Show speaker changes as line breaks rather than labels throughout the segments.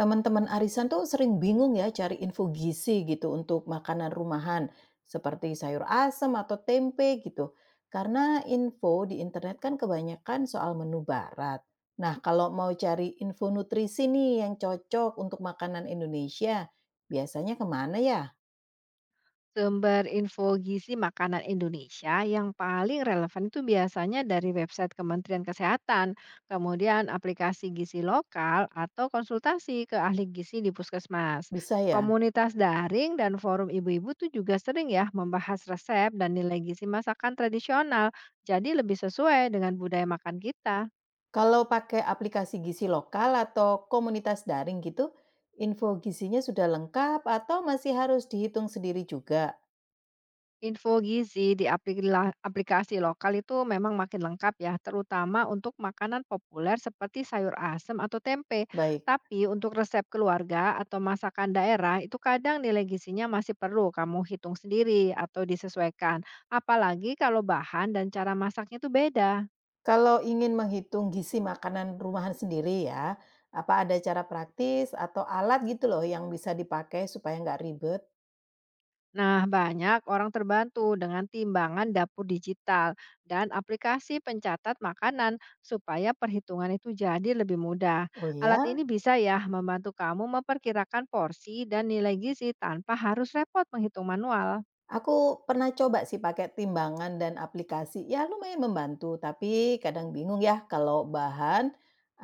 Teman-teman arisan tuh sering bingung ya cari info gizi gitu untuk makanan rumahan seperti sayur asem atau tempe gitu. Karena info di internet kan kebanyakan soal menu barat. Nah, kalau mau cari info nutrisi nih yang cocok untuk makanan Indonesia, biasanya kemana ya?
Sumber info gizi makanan Indonesia yang paling relevan itu biasanya dari website Kementerian Kesehatan, kemudian aplikasi gizi lokal atau konsultasi ke ahli gizi di puskesmas.
Bisa ya?
Komunitas daring dan forum ibu-ibu tuh juga sering ya membahas resep dan nilai gizi masakan tradisional, jadi lebih sesuai dengan budaya makan kita.
Kalau pakai aplikasi gizi lokal atau komunitas daring gitu, info gizinya sudah lengkap atau masih harus dihitung sendiri juga?
Info gizi di aplikasi lokal itu memang makin lengkap ya, terutama untuk makanan populer seperti sayur asem atau tempe.
Baik.
Tapi untuk resep keluarga atau masakan daerah itu kadang nilai gizinya masih perlu kamu hitung sendiri atau disesuaikan. Apalagi kalau bahan dan cara masaknya itu beda.
Kalau ingin menghitung gizi makanan rumahan sendiri ya, apa ada cara praktis atau alat gitu loh yang bisa dipakai supaya nggak ribet?
Nah, banyak orang terbantu dengan timbangan dapur digital dan aplikasi pencatat makanan supaya perhitungan itu jadi lebih mudah.
Oh
Alat
ya?
ini bisa ya membantu kamu memperkirakan porsi dan nilai gizi tanpa harus repot menghitung manual.
Aku pernah coba sih pakai timbangan dan aplikasi, ya lumayan membantu, tapi kadang bingung ya kalau bahan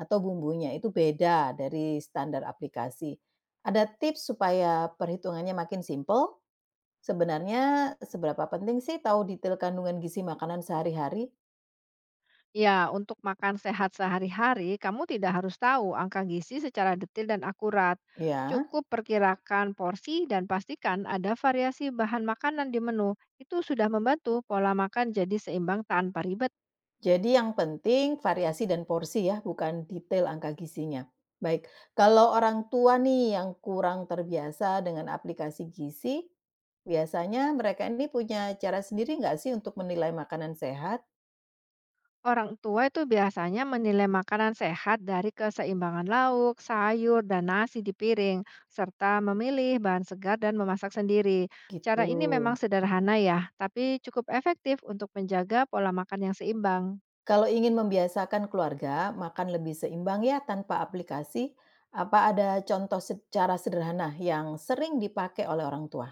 atau bumbunya itu beda dari standar aplikasi. Ada tips supaya perhitungannya makin simpel? Sebenarnya seberapa penting sih tahu detail kandungan gizi makanan sehari-hari?
Ya, untuk makan sehat sehari-hari, kamu tidak harus tahu angka gizi secara detail dan akurat.
Ya.
Cukup perkirakan porsi dan pastikan ada variasi bahan makanan di menu. Itu sudah membantu pola makan jadi seimbang tanpa ribet.
Jadi yang penting variasi dan porsi ya, bukan detail angka gizinya. Baik, kalau orang tua nih yang kurang terbiasa dengan aplikasi gizi, biasanya mereka ini punya cara sendiri nggak sih untuk menilai makanan sehat?
Orang tua itu biasanya menilai makanan sehat dari keseimbangan lauk, sayur, dan nasi di piring, serta memilih bahan segar dan memasak sendiri. Cara
Gitu.
ini memang sederhana ya, tapi cukup efektif untuk menjaga pola makan yang seimbang.
Kalau ingin membiasakan keluarga makan lebih seimbang ya tanpa aplikasi, apa ada contoh secara sederhana yang sering dipakai oleh orang tua?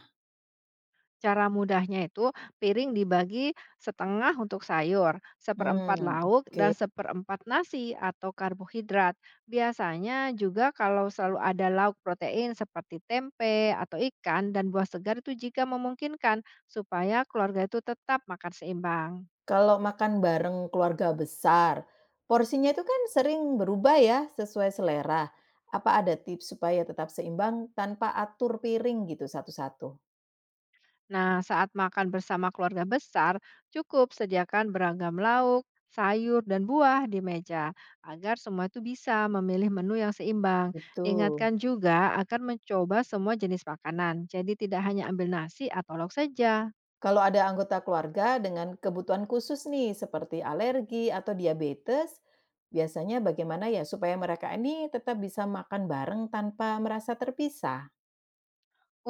Cara mudahnya itu piring dibagi setengah untuk sayur, seperempat
Hmm,
lauk,
oke.
dan seperempat nasi atau karbohidrat. Biasanya juga kalau selalu ada lauk protein seperti tempe atau ikan dan buah segar itu jika memungkinkan supaya keluarga itu tetap makan seimbang.
Kalau makan bareng keluarga besar, porsinya itu kan sering berubah ya sesuai selera. Apa ada tips supaya tetap seimbang tanpa atur piring gitu satu-satu?
Nah, saat makan bersama keluarga besar, cukup sediakan beragam lauk, sayur, dan buah di meja agar semua itu bisa memilih menu yang seimbang.
Itu.
Ingatkan juga akan mencoba semua jenis makanan, jadi tidak hanya ambil nasi atau lauk saja.
Kalau ada anggota keluarga dengan kebutuhan khusus nih seperti alergi atau diabetes, biasanya bagaimana ya supaya mereka ini tetap bisa makan bareng tanpa merasa terpisah?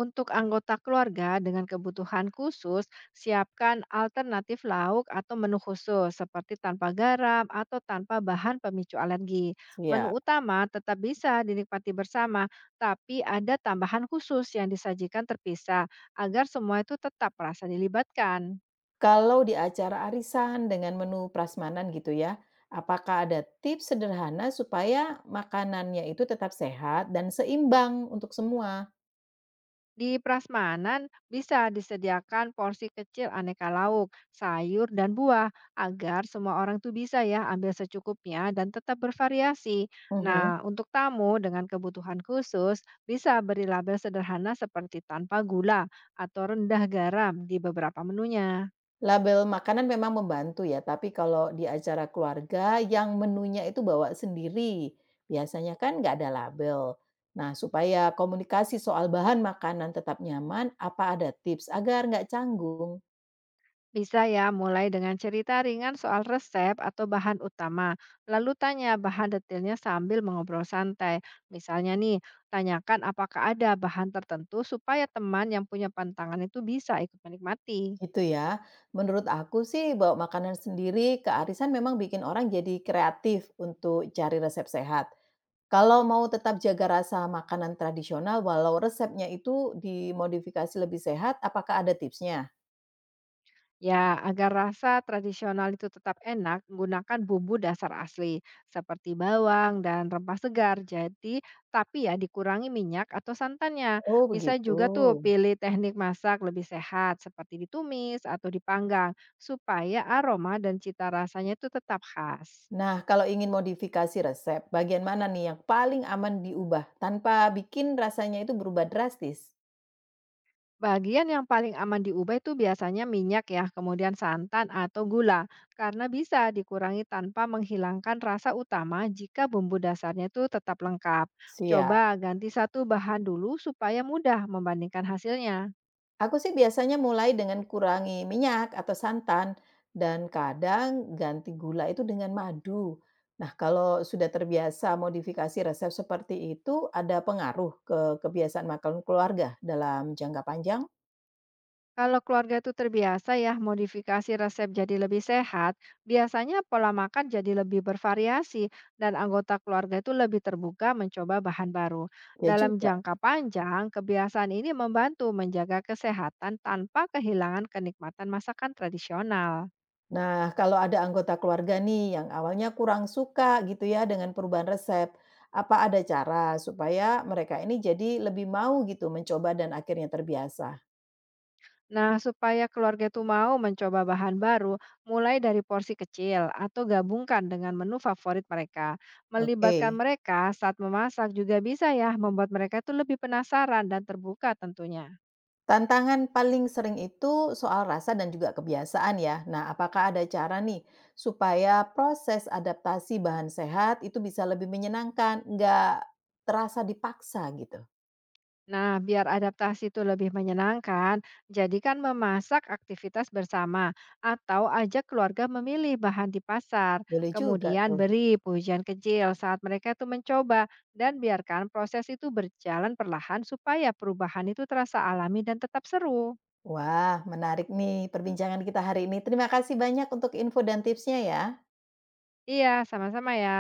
Untuk anggota keluarga dengan kebutuhan khusus, siapkan alternatif lauk atau menu khusus seperti tanpa garam atau tanpa bahan pemicu alergi. Menu
Ya.
utama tetap bisa dinikmati bersama, tapi ada tambahan khusus yang disajikan terpisah agar semua itu tetap merasa dilibatkan.
Kalau di acara arisan dengan menu prasmanan gitu ya, apakah ada tips sederhana supaya makanannya itu tetap sehat dan seimbang untuk semua?
Di prasmanan bisa disediakan porsi kecil aneka lauk, sayur, dan buah agar semua orang tuh bisa ya ambil secukupnya dan tetap bervariasi. Nah,
Mhm.
untuk tamu dengan kebutuhan khusus bisa beri label sederhana seperti tanpa gula atau rendah garam di beberapa menunya.
Label makanan memang membantu ya, tapi kalau di acara keluarga yang menunya itu bawa sendiri, biasanya kan nggak ada label. Nah, supaya komunikasi soal bahan makanan tetap nyaman, apa ada tips agar nggak canggung?
Bisa ya, mulai dengan cerita ringan soal resep atau bahan utama. Lalu tanya bahan detailnya sambil mengobrol santai. Misalnya nih, tanyakan apakah ada bahan tertentu supaya teman yang punya pantangan itu bisa ikut menikmati.
Gitu ya. Menurut aku sih bawa makanan sendiri ke arisan memang bikin orang jadi kreatif untuk cari resep sehat. Kalau mau tetap jaga rasa makanan tradisional walau resepnya itu dimodifikasi lebih sehat, apakah ada tipsnya?
Ya, agar rasa tradisional itu tetap enak, gunakan bumbu dasar asli seperti bawang dan rempah segar. Jadi, tapi ya dikurangi minyak atau santannya.
Oh,
Bisa
begitu.
juga tuh pilih teknik masak lebih sehat seperti ditumis atau dipanggang supaya aroma dan cita rasanya itu tetap khas.
Nah, kalau ingin modifikasi resep, bagian mana nih yang paling aman diubah tanpa bikin rasanya itu berubah drastis?
Bagian yang paling aman diubah itu biasanya minyak ya, kemudian santan atau gula, karena bisa dikurangi tanpa menghilangkan rasa utama jika bumbu dasarnya itu tetap lengkap. Coba
Siap.
ganti satu bahan dulu supaya mudah membandingkan hasilnya.
Aku sih biasanya mulai dengan kurangi minyak atau santan dan kadang ganti gula itu dengan madu. Nah, kalau sudah terbiasa modifikasi resep seperti itu, ada pengaruh ke kebiasaan makan keluarga dalam jangka panjang?
Kalau keluarga itu terbiasa ya modifikasi resep jadi lebih sehat, biasanya pola makan jadi lebih bervariasi dan anggota keluarga itu lebih terbuka mencoba bahan baru.
Ya
Dalam
juga.
jangka panjang, kebiasaan ini membantu menjaga kesehatan tanpa kehilangan kenikmatan masakan tradisional.
Nah, kalau ada anggota keluarga nih yang awalnya kurang suka gitu ya dengan perubahan resep, apa ada cara supaya mereka ini jadi lebih mau gitu mencoba dan akhirnya terbiasa?
Nah, supaya keluarga itu mau mencoba bahan baru, mulai dari porsi kecil atau gabungkan dengan menu favorit mereka.
Oke.
Melibatkan mereka saat memasak juga bisa ya membuat mereka itu lebih penasaran dan terbuka tentunya.
Tantangan paling sering itu soal rasa dan juga kebiasaan ya. Nah, apakah ada cara nih supaya proses adaptasi bahan sehat itu bisa lebih menyenangkan, nggak terasa dipaksa gitu?
Nah, biar adaptasi itu lebih menyenangkan, jadikan memasak aktivitas bersama atau ajak keluarga memilih bahan di pasar.
Boleh juga
Kemudian
tuh.
beri pujian kecil saat mereka itu mencoba dan biarkan proses itu berjalan perlahan supaya perubahan itu terasa alami dan tetap seru.
Wah, menarik nih perbincangan kita hari ini. Terima kasih banyak untuk info dan tipsnya ya.
Iya, sama-sama ya.